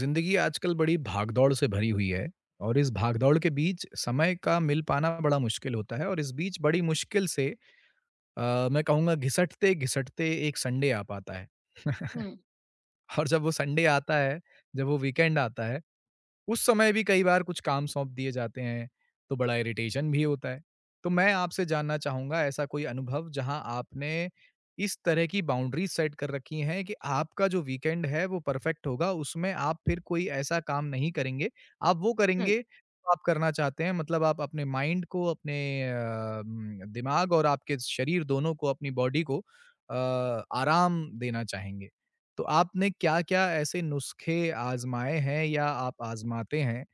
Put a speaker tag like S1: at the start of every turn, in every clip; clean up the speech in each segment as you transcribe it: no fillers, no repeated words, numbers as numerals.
S1: जिंदगी आजकल बड़ी भागदौड़ से भरी हुई है और इस भागदौड़ के बीच समय का मिल पाना बड़ा मुश्किल होता है और इस बीच बड़ी मुश्किल से मैं कहूँगा घिसटते घिसटते एक संडे आ पाता है।
S2: हुँ,
S1: और जब वो संडे आता है जब वो वीकेंड आता है उस समय भी कई बार कुछ काम सौंप दिए जाते हैं, तो बड़ा इरिटेशन भी होता है। तो मैं आपसे जानना चाहूँगा ऐसा कोई अनुभव जहाँ आपने इस तरह की बाउंड्रीज़ सेट कर रखी हैं कि आपका जो वीकेंड है वो परफेक्ट होगा, उसमें आप फिर कोई ऐसा काम नहीं करेंगे। आप वो
S2: हुँ।
S1: करेंगे जो आप करना चाहते हैं मतलब आप अपने माइंड को, अपने दिमाग और आपके शरीर दोनों को, अपनी बॉडी को अ, आराम देना चाहेंगे। तो आपने क्या-क्या ऐसे नुस्खे आज़माए हैं या आप आज़माते हैं,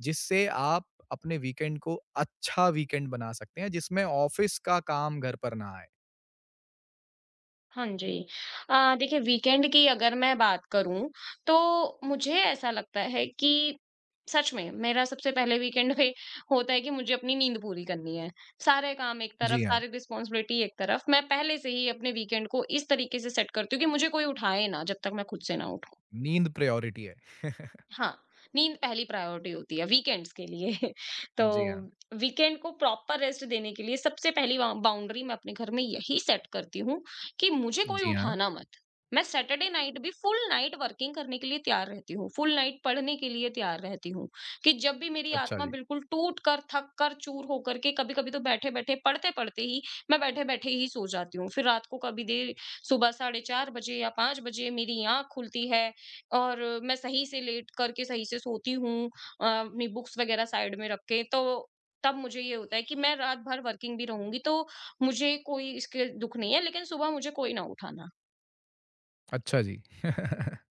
S1: जिससे आप अपने वीकेंड को अच्छा वीकेंड बना सकते हैं, जिसमें ऑफ़िस का काम घर पर ना आए?
S2: हाँ जी। अ, देखिए, वीकेंड की अगर मैं बात करूँ, तो मुझे ऐसा लगता है कि सच में मेरा सबसे पहले वीकेंड पे होता है कि मुझे अपनी नींद पूरी करनी है। सारे काम एक तरफ,
S1: जी हाँ,
S2: सारी रिस्पॉन्सिबिलिटी एक तरफ। मैं पहले से ही अपने वीकेंड को इस तरीके से सेट करती हूँ कि मुझे कोई उठाए ना, जब तक मैं खुद से ना उठूँ।
S1: नींद प्रायोरिटी है।
S2: हाँ, नींद पहली प्रायोरिटी होती है वीकेंड्स के लिए। तो
S1: जी हाँ,
S2: वीकेंड को प्रॉपर रेस्ट देने के लिए सबसे पहली बा बाउंड्री मैं अपने घर में यही सेट करती हूँ कि मुझे कोई
S1: जी हाँ।
S2: उठाना मत। मैं सैटरडे नाइट भी फुल नाइट वर्किंग करने के लिए तैयार रहती हूँ, फुल नाइट पढ़ने के लिए तैयार रहती हूँ कि जब भी मेरी
S1: अच्छा
S2: आत्मा
S1: जी,
S2: बिल्कुल टूट कर, थक कर, चूर होकर के कभी-कभी तो बैठे-बैठे, पढ़ते-पढ़ते ही मैं बैठे-बैठे ही सो जाती हूँ। फिर रात को कभी देर सुबह 4:30 बजे या 5 बजे मेरी आँख खुलती है और मैं सही से लेट करके सही से सोती हूँ, अपनी बुक्स वगैरह साइड में रख के। तो तब मुझे ये होता है कि मैं रात भर वर्किंग भी रहूंगी तो मुझे कोई इसके दुख नहीं है, लेकिन सुबह मुझे कोई ना उठाना,
S1: अच्छा जी।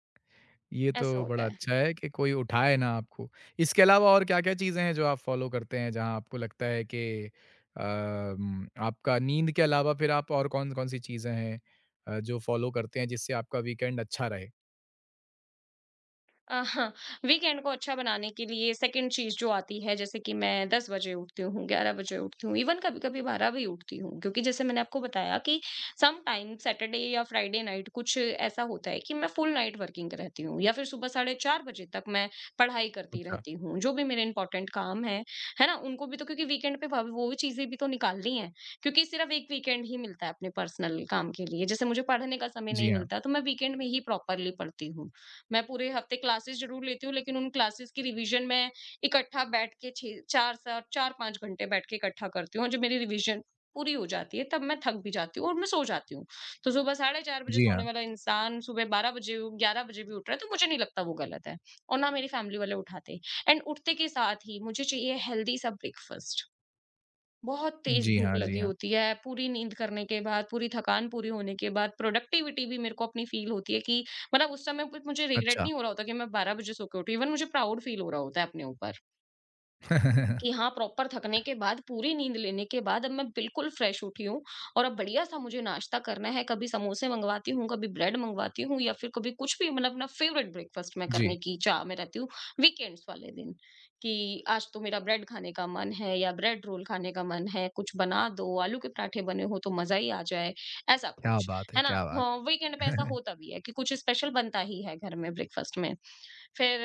S1: ये तो
S2: ऐसा होता
S1: बड़ा
S2: है।
S1: अच्छा है कि कोई उठाए ना आपको। इसके अलावा और क्या-क्या चीज़ें हैं जो आप फ़ॉलो करते हैं जहाँ आपको लगता है कि आपका नींद के अलावा फिर आप और कौन-कौन सी चीज़ें हैं जो फ़ॉलो करते हैं जिससे आपका वीकेंड अच्छा रहे?
S2: हाँ, वीकेंड को अच्छा बनाने के लिए सेकंड चीज़ जो आती है, जैसे कि मैं 10 बजे उठती हूँ, 11 बजे उठती हूँ, इवन कभी-कभी 12 भी उठती हूँ, क्योंकि जैसे मैंने आपको बताया कि सम टाइम सैटरडे या फ्राइडे नाइट कुछ ऐसा होता है कि मैं फुल नाइट वर्किंग रहती हूँ या फिर सुबह साढ़े 4 बजे तक मैं पढ़ाई करती
S1: अच्छा।
S2: रहती हूँ। जो भी मेरे इंपॉर्टेंट काम हैं, है ना? उनको भी, तो क्योंकि वीकेंड पे भ वो भी चीज़ें भी तो निकालनी है, क्योंकि सिर्फ एक वीकेंड ही मिलता है अपने पर्सनल काम के लिए। जैसे मुझे पढ़ने का समय
S1: जी
S2: नहीं
S1: हाँ।
S2: मिलता, तो मैं वीकेंड में ही प्रॉपरली पढ़ती हूँ। मैं पूरे हफ्ते क्लासेस ज़रूर लेती हूँ, लेकिन उन क्लासेस की रिवीजन मैं इकट्ठा बैठ के छः 4 सा 4-5 घंटे बैठ के इकट्ठा करती हूँ, और जब मेरी रिवीजन पूरी हो जाती है तब मैं थक भी जाती हूँ और मैं सो जाती हूँ। तो सुबह 4:30 बजे
S1: जी हाँ।
S2: सोने वाला इंसान सुबह 12 बजे, 11 बजे भी उठ रहा है तो मुझे नहीं लगता वो गलत है, और ना मेरी फैमिली वाले उठाते। एंड उठते के साथ ही मुझे चाहिए हेल्दी सा ब्रेकफास्ट। बहुत तेज
S1: जी
S2: भूख
S1: हाँ, जी
S2: लगी
S1: हाँ।
S2: होती है, पूरी नींद करने के बाद, पूरी थकान पूरी होने के बाद, प्रोडक्टिविटी भी मेरे को अपनी फ़ील होती है कि मतलब उस समय पे मुझे रिग्रेट
S1: अच्छा।
S2: नहीं हो रहा होता कि मैं 12 बजे सो के उठी, इवन मुझे प्राउड फ़ील हो रहा होता है अपने ऊपर। कि हाँ, प्रॉपर थकने के बाद, पूरी नींद लेने के बाद अब मैं बिल्कुल फ्रेश उठी हूँ और अब बढ़िया-सा मुझे नाश्ता करना है। कभी समोसे मँगवाती हूँ, कभी ब्रेड मँगवाती हूँ या फिर कभी कुछ भी, मतलब अपना फ़ेवरेट ब्रेकफ़ास्ट मैं
S1: जी।
S2: करने की चाह में रहती हूँ, वीकेंड्स वाले दिन, कि आज तो मेरा ब्रेड खाने का मन है या ब्रेड रोल खाने का मन है, कुछ बना दो, आलू के पराठे बने हों तो मज़ा ही आ जाए, ऐसा
S1: क्या
S2: कुछ।
S1: बात है!
S2: है ना?
S1: क्या बात!
S2: हाँ, वीकेंड में ऐसा होता भी है कि कुछ स्पेशल बनता ही है घर में ब्रेकफ़ास्ट में। फिर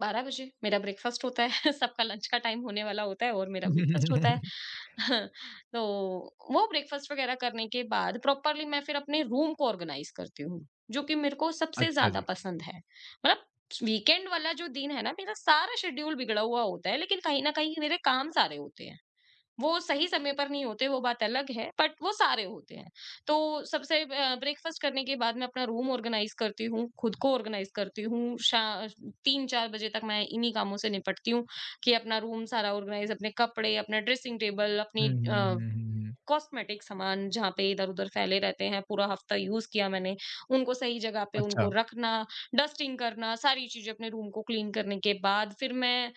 S2: 12 बजे मेरा ब्रेकफ़ास्ट होता है, सबका लंच का टाइम होने वाला होता है और मेरा ब्रेकफ़ास्ट होता है। तो वो ब्रेकफ़ास्ट वग़ैरह करने के बाद प्रॉपरली मैं फिर अपने रूम को ऑर्गनाइज़ करती हूँ, जो कि मेरे को सबसे
S1: अच्छा
S2: ज़्यादा
S1: जी।
S2: पसंद है। मतलब, वीकेंड वाला जो दिन है ना, मेरा सारा शेड्यूल बिगड़ा हुआ होता है, लेकिन कहीं न कहीं मेरे काम सारे होते हैं। वो सही समय पर नहीं होते, वो बात अलग है, बट वो सारे होते हैं। तो सबसे ब्रेकफ़ास्ट करने के बाद मैं अपना रूम ऑर्गनाइज़ करती हूँ, खुद को ऑर्गनाइज़ करती हूँ। शा 3-4 बजे तक मैं इन्हीं कामों से निपटती हूँ कि अपना रूम सारा ऑर्गनाइज़, अपने कपड़े, अपना ड्रेसिंग टेबल,
S1: हुँ,
S2: अपनी
S1: हुँ, हुँ, हुँ, हुँ।
S2: कॉस्मेटिक सामान जहाँ पे इधर-उधर फैले रहते हैं, पूरा हफ्ता यूज़ किया मैंने, उनको सही जगह पे
S1: अच्छा।
S2: उनको रखना, डस्टिंग करना, सारी चीज़ें, अपने रूम को क्लीन करने के बाद फिर मैं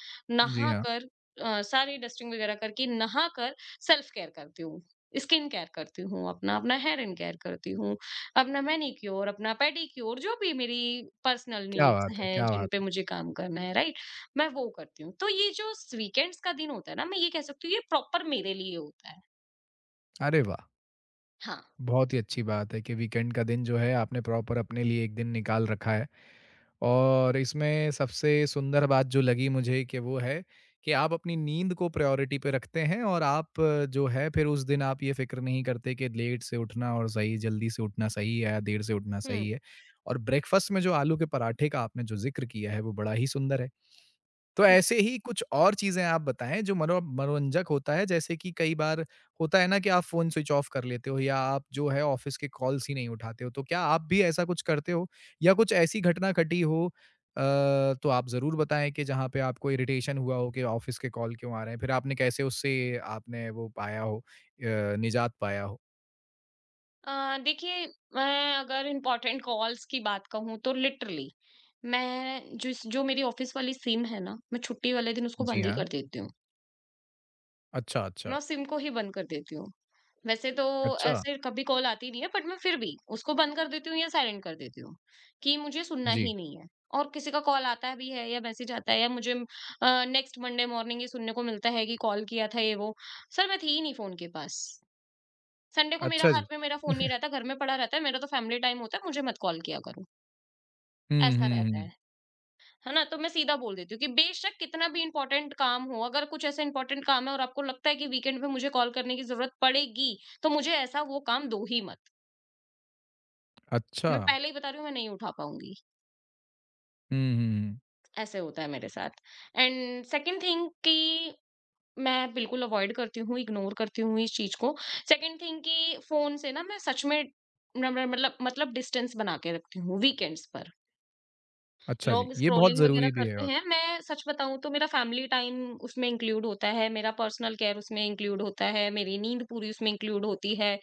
S1: जी
S2: नहा
S1: हाँ।
S2: कर, सारी डस्टिंग वगैरह करके नहा कर सेल्फ केयर करती हूँ। स्किन केयर करती हूँ अपना, अपना हेयर एंड केयर करती हूँ, अपना मैनीक्योर, अपना पेडीक्योर, जो भी मेरी पर्सनल
S1: क्या
S2: नीड्स
S1: बात है!
S2: हैं,
S1: क्या
S2: जिन
S1: बात
S2: पे
S1: है!
S2: मुझे काम करना है, राइट? मैं वो करती हूँ। तो ये जो स वीकेंड्स का दिन होता है ना, मैं ये कह सकती हूँ ये प्रॉपर मेरे लिए होता है।
S1: अरे वाह!
S2: हाँ।
S1: बहुत ही अच्छी बात है कि वीकेंड का दिन जो है आपने प्रॉपर अपने लिए एक दिन निकाल रखा है और इसमें सबसे सुंदर बात जो लगी मुझे कि वो है कि आप अपनी नींद को प्रायोरिटी पे रखते हैं और आप जो है फिर उस दिन आप ये फिक्र नहीं करते कि लेट से उठना और सही जल्दी से उठना सही है या देर से उठना
S2: हुँ।
S1: सही है और ब्रेकफास्ट में जो आलू के पराठे का आपने जो जिक्र किया है वो बड़ा ही सुंदर है तो ऐसे ही कुछ और चीज़ें आप बताएँ जो मनो मनोरंजक होता है जैसे कि कई बार होता है ना कि आप फ़ोन स्विच ऑफ कर लेते हो या आप जो है ऑफ़िस के कॉल्स ही नहीं उठाते हो, तो क्या आप भी ऐसा कुछ करते हो? या कुछ ऐसी घटना घटी हो अ, तो आप ज़रूर बताएँ कि जहाँ पे आपको इरिटेशन हुआ हो कि ऑफ़िस के कॉल क्यों आ रहे हैं? फिर आपने कैसे उससे आपने वो पाया हो निजात पाया हो?
S2: देखिए, मैं अगर इम्पोर्टेंट कॉल्स की बात कहूँ तो लिटरली, मैं जिस जो मेरी ऑफ़िस वाली सिम है ना, मैं छुट्टी वाले दिन उसको
S1: जी
S2: बंद ही
S1: हाँ।
S2: कर देती हूँ।
S1: अच्छा, अच्छा।
S2: मैं उस सिम को ही बंद कर देती हूँ। वैसे तो
S1: अच्छा,
S2: ऐसे कभी कॉल आती नहीं है, बट मैं फिर भी उसको बंद कर देती हूँ या साइलेंट कर देती हूँ, कि मुझे सुनना
S1: जी।
S2: ही नहीं है। और किसी का कॉल आता भी है या मैसेज आता है, या मुझे नेक्स्ट मंडे मॉर्निंग ये सुनने को मिलता है कि कॉल किया था ये वो। सर, मैं थी ही नहीं फ़ोन के पास। संडे को मेरा
S1: अच्छा जी।
S2: हाथ में मेरा फ़ोन नहीं रहता, घर में पड़ा रहता है, मेरा तो फैमिली टाइम होता है, मुझे मत कॉल किया करो,
S1: हुँ,
S2: ऐसा
S1: हुँ,
S2: रहता है।
S1: हुँ।
S2: है ना? तो मैं सीधा बोल देती हूँ कि बेशक कितना भी इम्पोर्टेंट काम हो, अगर कुछ ऐसा इम्पोर्टेंट काम है और आपको लगता है कि वीकेंड में मुझे कॉल करने की ज़रूरत पड़ेगी, तो मुझे ऐसा वो काम दो ही मत।
S1: अच्छा।
S2: मैं पहले ही बता रही हूँ, मैं नहीं उठा पाऊँगी,
S1: हुँ, हुँ, हुँ।
S2: ऐसे होता है मेरे साथ। एंड सेकंड थिंग कि मैं बिल्कुल अवॉइड करती हूँ, इग्नोर करती हूँ इस चीज़ को। सेकंड थिंग कि फ़ोन से ना मैं सच में न न मतलब मतलब डिस्टेंस बना के रखती हूँ वीकेंड्स पर।
S1: अच्छा जी,
S2: लोग
S1: ये बहुत
S2: स्क्रॉलिंग वगैरह
S1: ज़रूरी भी है
S2: करते
S1: और
S2: हैं। मैं सच बताऊँ तो मेरा फैमिली टाइम उसमें इंक्लूड होता है, मेरा पर्सनल केयर उसमें इंक्लूड होता है, मेरी नींद पूरी उसमें इंक्लूड होती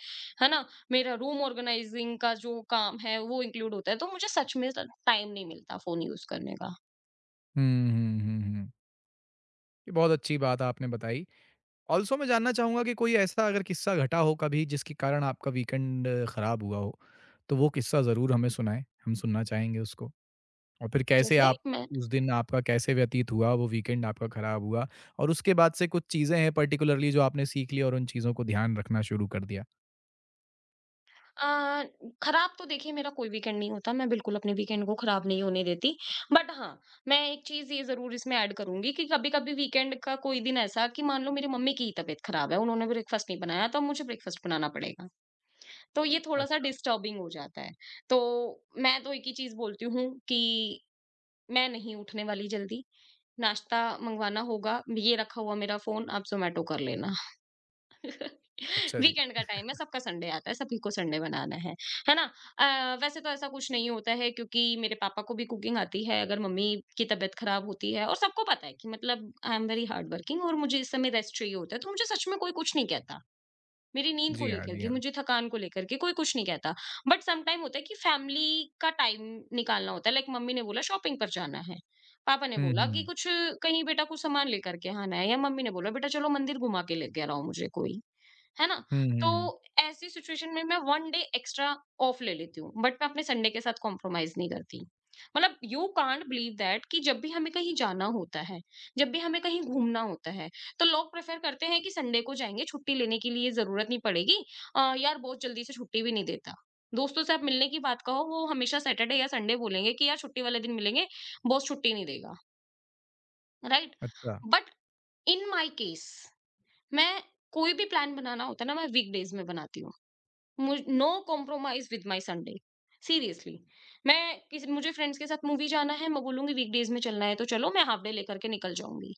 S2: है ना? मेरा रूम ऑर्गनाइजिंग का जो काम है, वो इंक्लूड होता है। तो मुझे सच में स टाइम नहीं मिलता फ़ोन यूज़ करने का।
S1: हुँ, हुँ, हुँ, हुँ। ये बहुत अच्छी बात आपने बताई। ऑल्सो मैं जानना चाहूँगा कि कोई ऐसा अगर किस्सा घटा हो कभी जिसके कारण आपका वीकेंड खराब हुआ हो, तो वो किस्सा ज़रूर हमें सुनाएँ, हम सुनना चाहेंगे उसको। और फिर कैसे
S2: जैसे
S1: आप
S2: मैं
S1: उस दिन आपका कैसे व्यतीत हुआ, वो वीकेंड आपका खराब हुआ और उसके बाद से कुछ चीज़ें हैं पार्टिकुलरली जो आपने सीख ली और उन चीज़ों को ध्यान रखना शुरू कर दिया?
S2: अ, खराब तो देखिए मेरा कोई वीकेंड नहीं होता, मैं बिल्कुल अपने वीकेंड को खराब नहीं होने देती। बट हाँ, मैं एक चीज़ ये ज़रूर इसमें ऐड करूँगी कि कभी-कभी वीकेंड का कोई दिन ऐसा कि मान लो मेरी मम्मी की ही तबीयत खराब है, उन्होंने ब्रेकफ़ास्ट नहीं बनाया, तो अब मुझे ब्रेकफ़ास्ट बनाना पड़ेगा। तो ये थोड़ा-सा
S1: अच्छा,
S2: डिस्टर्बिंग हो जाता है। तो मैं तो एक ही चीज़ बोलती हूँ कि मैं नहीं उठने वाली जल्दी, नाश्ता मँगवाना होगा, ये रखा हुआ मेरा फ़ोन, आप ज़ोमैटो कर लेना।
S1: अच्छा जी।
S2: वीकेंड का टाइम है, सबका संडे आता है, सभी को संडे बनाना है ना? वैसे तो ऐसा कुछ नहीं होता है, क्योंकि मेरे पापा को भी कुकिंग आती है, अगर मम्मी की तबीयत खराब होती है और सबको पता है कि मतलब I am very hard working और मुझे इस समय रेस्ट चाहिए होता है, तो मुझे सच में कोई कुछ नहीं कहता। मेरी नींद को
S1: जी हाँ,
S2: लेकर
S1: जी
S2: के,
S1: हाँ।
S2: मुझे थकान को लेकर के कोई कुछ नहीं कहता। बट सम टाइम होता है कि फैमिली का टाइम निकालना होता है, लाइक मम्मी ने बोला शॉपिंग पर जाना है, पापा ने
S1: हुँ,
S2: बोला
S1: हुँ,
S2: कि
S1: हुँ।
S2: कुछ कहीं बेटा कुछ सामान लेकर के आना है, या मम्मी ने बोला बेटा चलो मंदिर घुमा के लेके आओ मुझे कोई। है ना?
S1: हुँ, हुँ,
S2: तो
S1: हुँ।
S2: ऐसी सिचुएशन में मैं 1 डे एक्स्ट्रा ऑफ ले लेती हूँ, बट मैं अपने संडे के साथ कॉम्प्रोमाइज़ नहीं करती। मतलब यू कांट बिलीव दैट कि जब भी हमें कहीं जाना होता है, जब भी हमें कहीं घूमना होता है, तो लोग प्रेफ़र करते हैं कि संडे को जाएँगे, छुट्टी लेने के लिए ज़रूरत नहीं पड़ेगी। यार बहुत जल्दी से छुट्टी भी नहीं देता। दोस्तों से आप मिलने की बात कहो, वो हमेशा सैटरडे या संडे बोलेंगे कि यार छुट्टी वाले दिन मिलेंगे, बॉस छुट्टी नहीं देगा, राइट?
S1: अच्छा।
S2: बट इन माय केस, मैं कोई भी प्लान बनाना होता है ना, मैं वीकडेज़ में बनाती हूँ। मुझ no compromise with my Sunday. Seriously, मैं किसी मुझे फ्रेंड्स के साथ मूवी जाना है, मैं बोलूंगी वीकडेज में चलना है तो चलो, मैं हाफ डे लेकर के निकल जाऊंगी।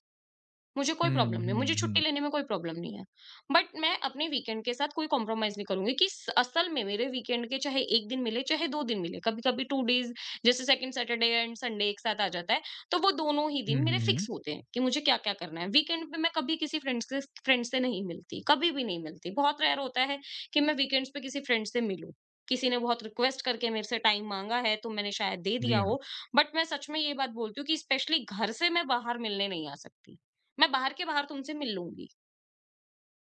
S2: मुझे कोई
S1: हुँ,
S2: प्रॉब्लम नहीं है,
S1: हुँ,
S2: मुझे
S1: हुँ।
S2: छुट्टी लेने में कोई प्रॉब्लम नहीं है। बट मैं अपने वीकेंड के साथ कोई कॉम्प्रोमाइज़ नहीं करूँगी कि स असल में मेरे वीकेंड के चाहे 1 दिन मिले, चाहे 2 दिन मिले, कभी-कभी 2 डेज़ जैसे सेकंड सैटरडे एंड संडे एक साथ आ जाता है, तो वो दोनों ही
S1: हुँ,
S2: दिन मेरे
S1: हुँ, हुँ।
S2: फिक्स होते हैं कि मुझे क्या-क्या करना है। वीकेंड पे मैं कभी किसी फ्रेंड से नहीं मिलती, कभी भी नहीं मिलती। बहुत रेयर होता है कि मैं वीकेंड्स पे किसी फ्रेंड से मिलूँ। किसी ने बहुत रिक्वेस्ट करके मेरे से टाइम माँगा है, तो मैंने शायद दे दिया
S1: जी हाँ।
S2: हो। बट मैं सच में ये बात बोलती हूँ कि स्पेशली घर से मैं बाहर मिलने नहीं आ सकती। मैं बाहर के बाहर तुमसे मिल लूँगी।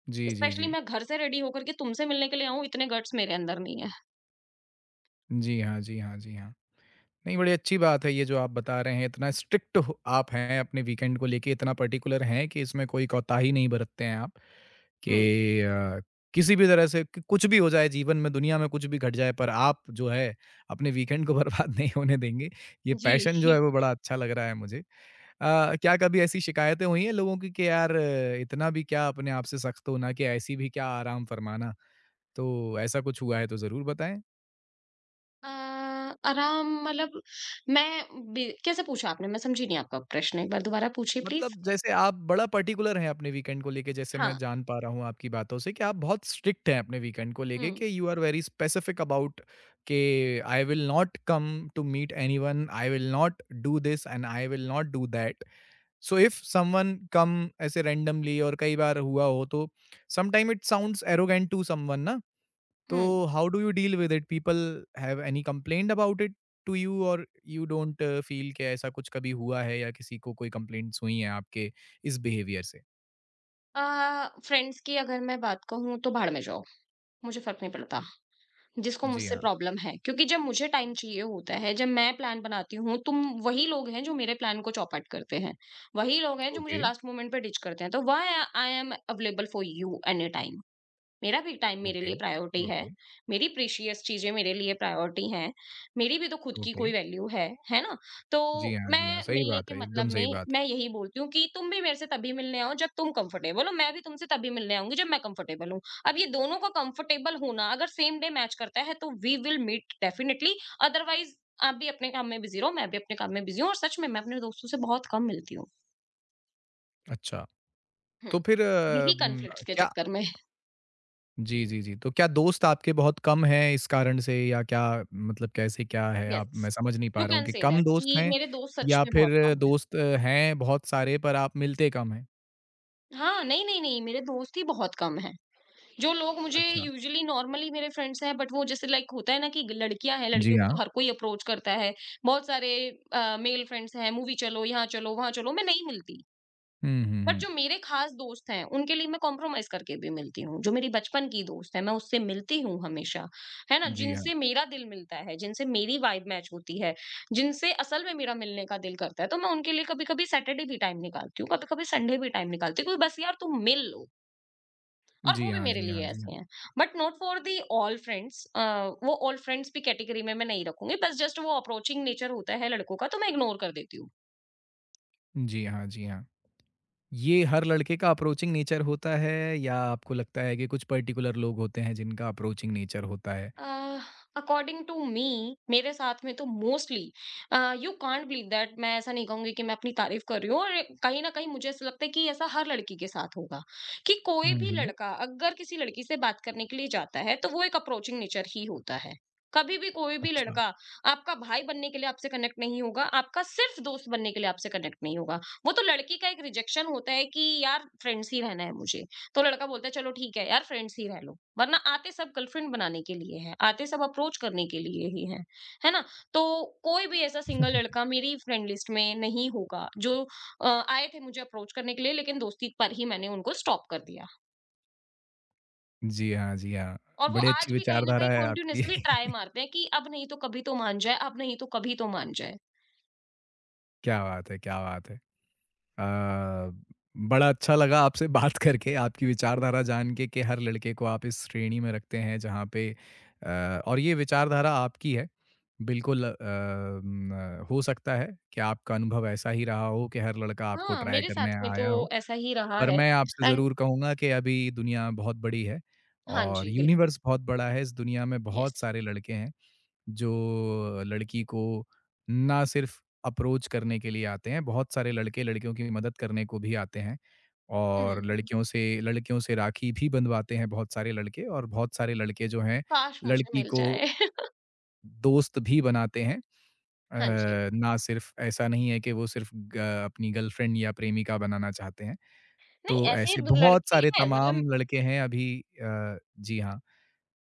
S1: जी, जी,
S2: स्पेशली
S1: जी।
S2: मैं घर से रेडी होकर के तुमसे मिलने के लिए आऊँ, इतने गट्स मेरे अंदर नहीं है।
S1: जी हाँ, जी हाँ, जी हाँ। नहीं, बड़ी अच्छी बात है ये जो आप बता रहे हैं, इतना स्ट्रिक्ट हो आप हैं अपने वीकेंड को लेके, इतना पर्टिकुलर हैं कि इसमें कोई कोताही नहीं बरतते हैं आप,
S2: हुँ।
S1: कि किसी भी तरह से क कुछ भी हो जाए जीवन में, दुनिया में कुछ भी घट जाए, पर आप जो है अपने वीकेंड को बर्बाद नहीं होने देंगे। ये
S2: जी।
S1: पैशन जो है वो बड़ा अच्छा लग रहा है मुझे। क्या कभी ऐसी शिकायतें हुई हैं लोगों की कि यार इतना भी क्या अपने आप से सख्त होना, कि ऐसी भी क्या आराम फरमाना? तो ऐसा कुछ हुआ है तो ज़रूर बताएँ।
S2: अ, आराम मतलब, मैं बे कैसे पूछा आपने? मैं समझी नहीं, आपका प्रश्न एक बार दोबारा पूछिए प्लीज़।
S1: मतलब जैसे आप बड़ा पर्टिकुलर हैं अपने वीकेंड को लेके जैसे मैं
S2: हाँ।
S1: जान पा रहा हूँ आपकी बातों से कि आप बहुत स्ट्रिक्ट हैं अपने वीकेंड को लेके
S2: हुँ,
S1: कि you are very specific about के I will not come to meet anyone I will not do this and I will not do that so if someone come ऐसे रैंडमली और कई बार हुआ हो तो sometime it sounds arrogant to someone ना।
S2: हुँ।
S1: So how do you deal with it? People have any complained about it to you और you don't feel कि ऐसा कुछ कभी हुआ है या किसी को कोई कंप्लेंट्स हुई हैं आपके इस बिहेवियर से?
S2: अ, फ्रेंड्स की अगर मैं बात कहूँ तो भाड़ में जाओ, मुझे फ़र्क नहीं पड़ता। जिसको
S1: जी
S2: मुझसे
S1: हाँ,
S2: प्रॉब्लम है, क्योंकि जब मुझे टाइम चाहिए होता है, जब मैं प्लान बनाती हूँ, तुम वही लोग हैं जो मेरे प्लान को चौपट करते हैं, वही लोग हैं जो मुझे
S1: ओके,
S2: लास्ट मोमेंट पे डिच करते हैं। तो why I am available for you any time. मेरा भी टाइम मेरे
S1: ओके,
S2: लिए प्रायोरिटी है,
S1: ओके,
S2: मेरी प्रीशियस चीज़ें मेरे लिए प्रायोरिटी हैं, मेरी भी तो खुद की
S1: ओके।
S2: कोई वैल्यू है ना? तो
S1: जी हाँ, जी हाँ,
S2: मैं
S1: सही
S2: मिलने
S1: बात
S2: के
S1: है, एकदम
S2: मतलब
S1: सही
S2: में
S1: बात है।
S2: मैं यही बोलती हूँ कि तुम भी मेरे से तभी मिलने आओ जब तुम कंफर्टेबल हो, मैं भी तुमसे तभी मिलने आऊँगी जब मैं कंफर्टेबल हूँ। अब ये दोनों का कंफर्टेबल होना अगर सेम डे मैच करता है तो we will meet definitely. Otherwise आप भी अपने काम में बिज़ी रहो, मैं भी अपने काम में बिज़ी हूँ। और सच में मैं अपने दोस्तों से बहुत कम मिलती हूँ।
S1: अच्छा,
S2: हुँ।
S1: तो फिर
S2: यही कॉन्फ्लिक्ट्स के
S1: क्या
S2: चक्कर में।
S1: जी, जी, जी, तो क्या दोस्त आपके बहुत कम हैं इस कारण से या क्या मतलब कैसे क्या है आप
S2: यस,
S1: मैं समझ नहीं पा
S2: यू
S1: रहा हूँ
S2: कैन
S1: कि
S2: से
S1: कम
S2: दैट
S1: दोस्त
S2: कि
S1: हैं
S2: मेरे दोस्त सच
S1: या
S2: में बहुत
S1: फिर
S2: कम हैं।
S1: दोस्त हैं बहुत सारे पर आप मिलते कम हैं?
S2: हाँ, नहीं, नहीं, नहीं, मेरे दोस्त ही बहुत कम हैं। जो लोग मुझे
S1: अच्छा।
S2: यूजुअली नॉर्मली मेरे फ्रेंड्स हैं, बट वो जैसे लाइक होता है ना कि लड़कियाँ हैं,
S1: जी
S2: लड़कियों को तो
S1: हाँ।
S2: हर कोई अप्रोच करता है। बहुत सारे मेल फ्रेंड्स हैं, मूवी चलो, यहाँ चलो, वहाँ चलो, मैं नहीं मिलती।
S1: हुँ, हुँ,
S2: बट
S1: हुँ।
S2: जो मेरे खास दोस्त हैं उनके लिए मैं कॉम्प्रोमाइज करके भी मिलती हूँ। जो मेरी बचपन की दोस्त है, मैं उससे मिलती हूँ हमेशा, है ना?
S1: जी हाँ।
S2: जिनसे मेरा दिल मिलता है, जिनसे मेरी वाइब मैच होती है, जिनसे असल में मेरा मिलने का दिल करता है, तो मैं उनके लिए कभी कभी सैटरडे भी टाइम निकालती हूँ, कभी कभी संडे भी टाइम निकालती हूँ, क्योंकि बस यार तुम मिल लो। और
S1: जी
S2: वो भी
S1: हाँ,
S2: मेरे
S1: जी
S2: लिए
S1: हाँ, जी
S2: ऐसे
S1: हाँ।
S2: हैं। But not for the all friends. वो ऑल फ्रेंड्स भी कैटेगरी में मैं नहीं रखूंगी, बस जस्ट वो अप्रोचिंग नेचर होता है लड़कों का, तो मैं इग्नोर कर देती हूँ।
S1: जी हाँ, जी हाँ। ये हर लड़के का अप्रोचिंग नेचर होता है या आपको लगता है कि कुछ पर्टिकुलर लोग होते हैं जिनका अप्रोचिंग नेचर होता है?
S2: अकॉर्डिंग टू मी, मेरे साथ में तो mostly, you can't believe that, मैं ऐसा नहीं कहूंगी कि मैं अपनी तारीफ कर रही हूँ, और कहीं ना कहीं मुझे ऐसा लगता है कि ऐसा हर लड़की के साथ होगा कि कोई
S1: हुँ,
S2: भी
S1: हुँ।
S2: लड़का अगर किसी लड़की से बात करने के लिए जाता है तो वो एक अप्रोचिंग नेचर ही होता है। कभी भी कोई भी
S1: अच्छा।
S2: लड़का आपका भाई बनने के लिए आपसे कनेक्ट नहीं होगा, आपका सिर्फ दोस्त बनने के लिए आपसे कनेक्ट नहीं होगा। वो तो लड़की का एक रिजेक्शन होता है कि यार फ्रेंड्स ही रहना है मुझे, तो लड़का बोलता है चलो ठीक है यार फ्रेंड्स ही रह लो, वरना आते सब गर्लफ्रेंड बनाने के लिए हैं, आते सब अप्रोच करने के लिए ही हैं, है ना? तो कोई भी ऐसा सिंगल लड़का मेरी फ्रेंड लिस्ट में नहीं होगा जो आए थे मुझे अप्रोच करने के लिए, लेकिन दोस्ती पर ही मैंने उनको स्टॉप कर दिया।
S1: जी हाँ, जी हाँ।
S2: और वो
S1: बड़ी अच्छी
S2: आज भी कहीं ना
S1: विचारधारा
S2: कहीं
S1: है आपकी।
S2: कंटिन्यूअसली ट्राई मारते हैं कि अब नहीं तो कभी तो मान जाए, अब नहीं तो कभी तो मान जाए।
S1: क्या बात है! क्या बात है! अ, बड़ा अच्छा लगा आपसे बात करके, आपकी विचारधारा जान के कि हर लड़के को आप इस श्रेणी में रखते हैं जहाँ पे अ, और ये विचारधारा आपकी है। बिल्कुल अ, म हो सकता है कि आपका अनुभव ऐसा ही रहा हो कि हर लड़का आपको
S2: हाँ,
S1: ट्राई
S2: मेरे साथ
S1: करने
S2: में तो
S1: आया हो।
S2: ऐसा ही रहा
S1: पर
S2: है।
S1: मैं आपसे
S2: एंड
S1: ज़रूर कहूँगा कि अभी दुनिया बहुत बड़ी है
S2: हाँ
S1: और
S2: जी, बिल्कुल।
S1: यूनिवर्स बहुत बड़ा है, इस दुनिया में
S2: यस।
S1: बहुत सारे लड़के हैं। जो लड़की को ना सिर्फ अप्रोच करने के लिए आते हैं, बहुत सारे लड़के लड़कियों की मदद करने को भी आते हैं और
S2: हम्म,
S1: लड़कियों से राखी भी बँधवाते हैं बहुत सारे लड़के और बहुत सारे लड़के जो हैं,
S2: काश मुझे
S1: लड़की
S2: मिल
S1: को
S2: जाए।
S1: दोस्त भी बनाते हैं।
S2: हाँ जी।
S1: अ, ना सिर्फ ऐसा नहीं है कि वो सिर्फ ग अपनी गर्लफ्रेंड या प्रेमिका बनाना चाहते हैं। तो
S2: नहीं, ऐसे
S1: ऐसे
S2: दु
S1: बहुत
S2: लड़के
S1: सारे
S2: हैं
S1: तमाम
S2: मतलब,
S1: लड़के हैं अभी जी हाँ।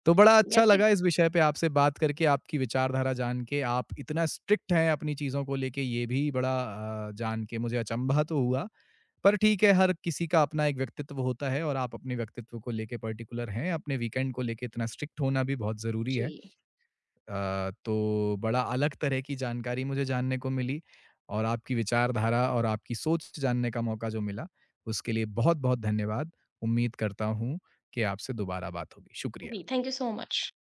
S1: तो बड़ा अच्छा
S2: ऐसे।
S1: लगा इस विषय पे आपसे बात करके, आपकी विचारधारा जान के। आप इतना स्ट्रिक्ट हैं अपनी चीज़ों को लेके, ये भी बड़ा जान के मुझे अचंभा तो हुआ। पर ठीक है, हर किसी का अपना एक व्यक्तित्व होता है और आप अपने व्यक्तित्व को लेके पर्टिकुलर हैं। अपने वीकेंड को लेके इतना स्ट्रिक्ट होना भी बहुत ज़रूरी
S2: जी।
S1: है। तो बड़ा अलग तरह की जानकारी मुझे जानने को मिली और आपकी विचारधारा और आपकी सोच जानने का मौका जो मिला, उसके लिए बहुत-बहुत धन्यवाद। उम्मीद करता हूँ कि आपसे दोबारा बात होगी।
S2: जी,
S1: शुक्रिया।
S2: Thank you so much.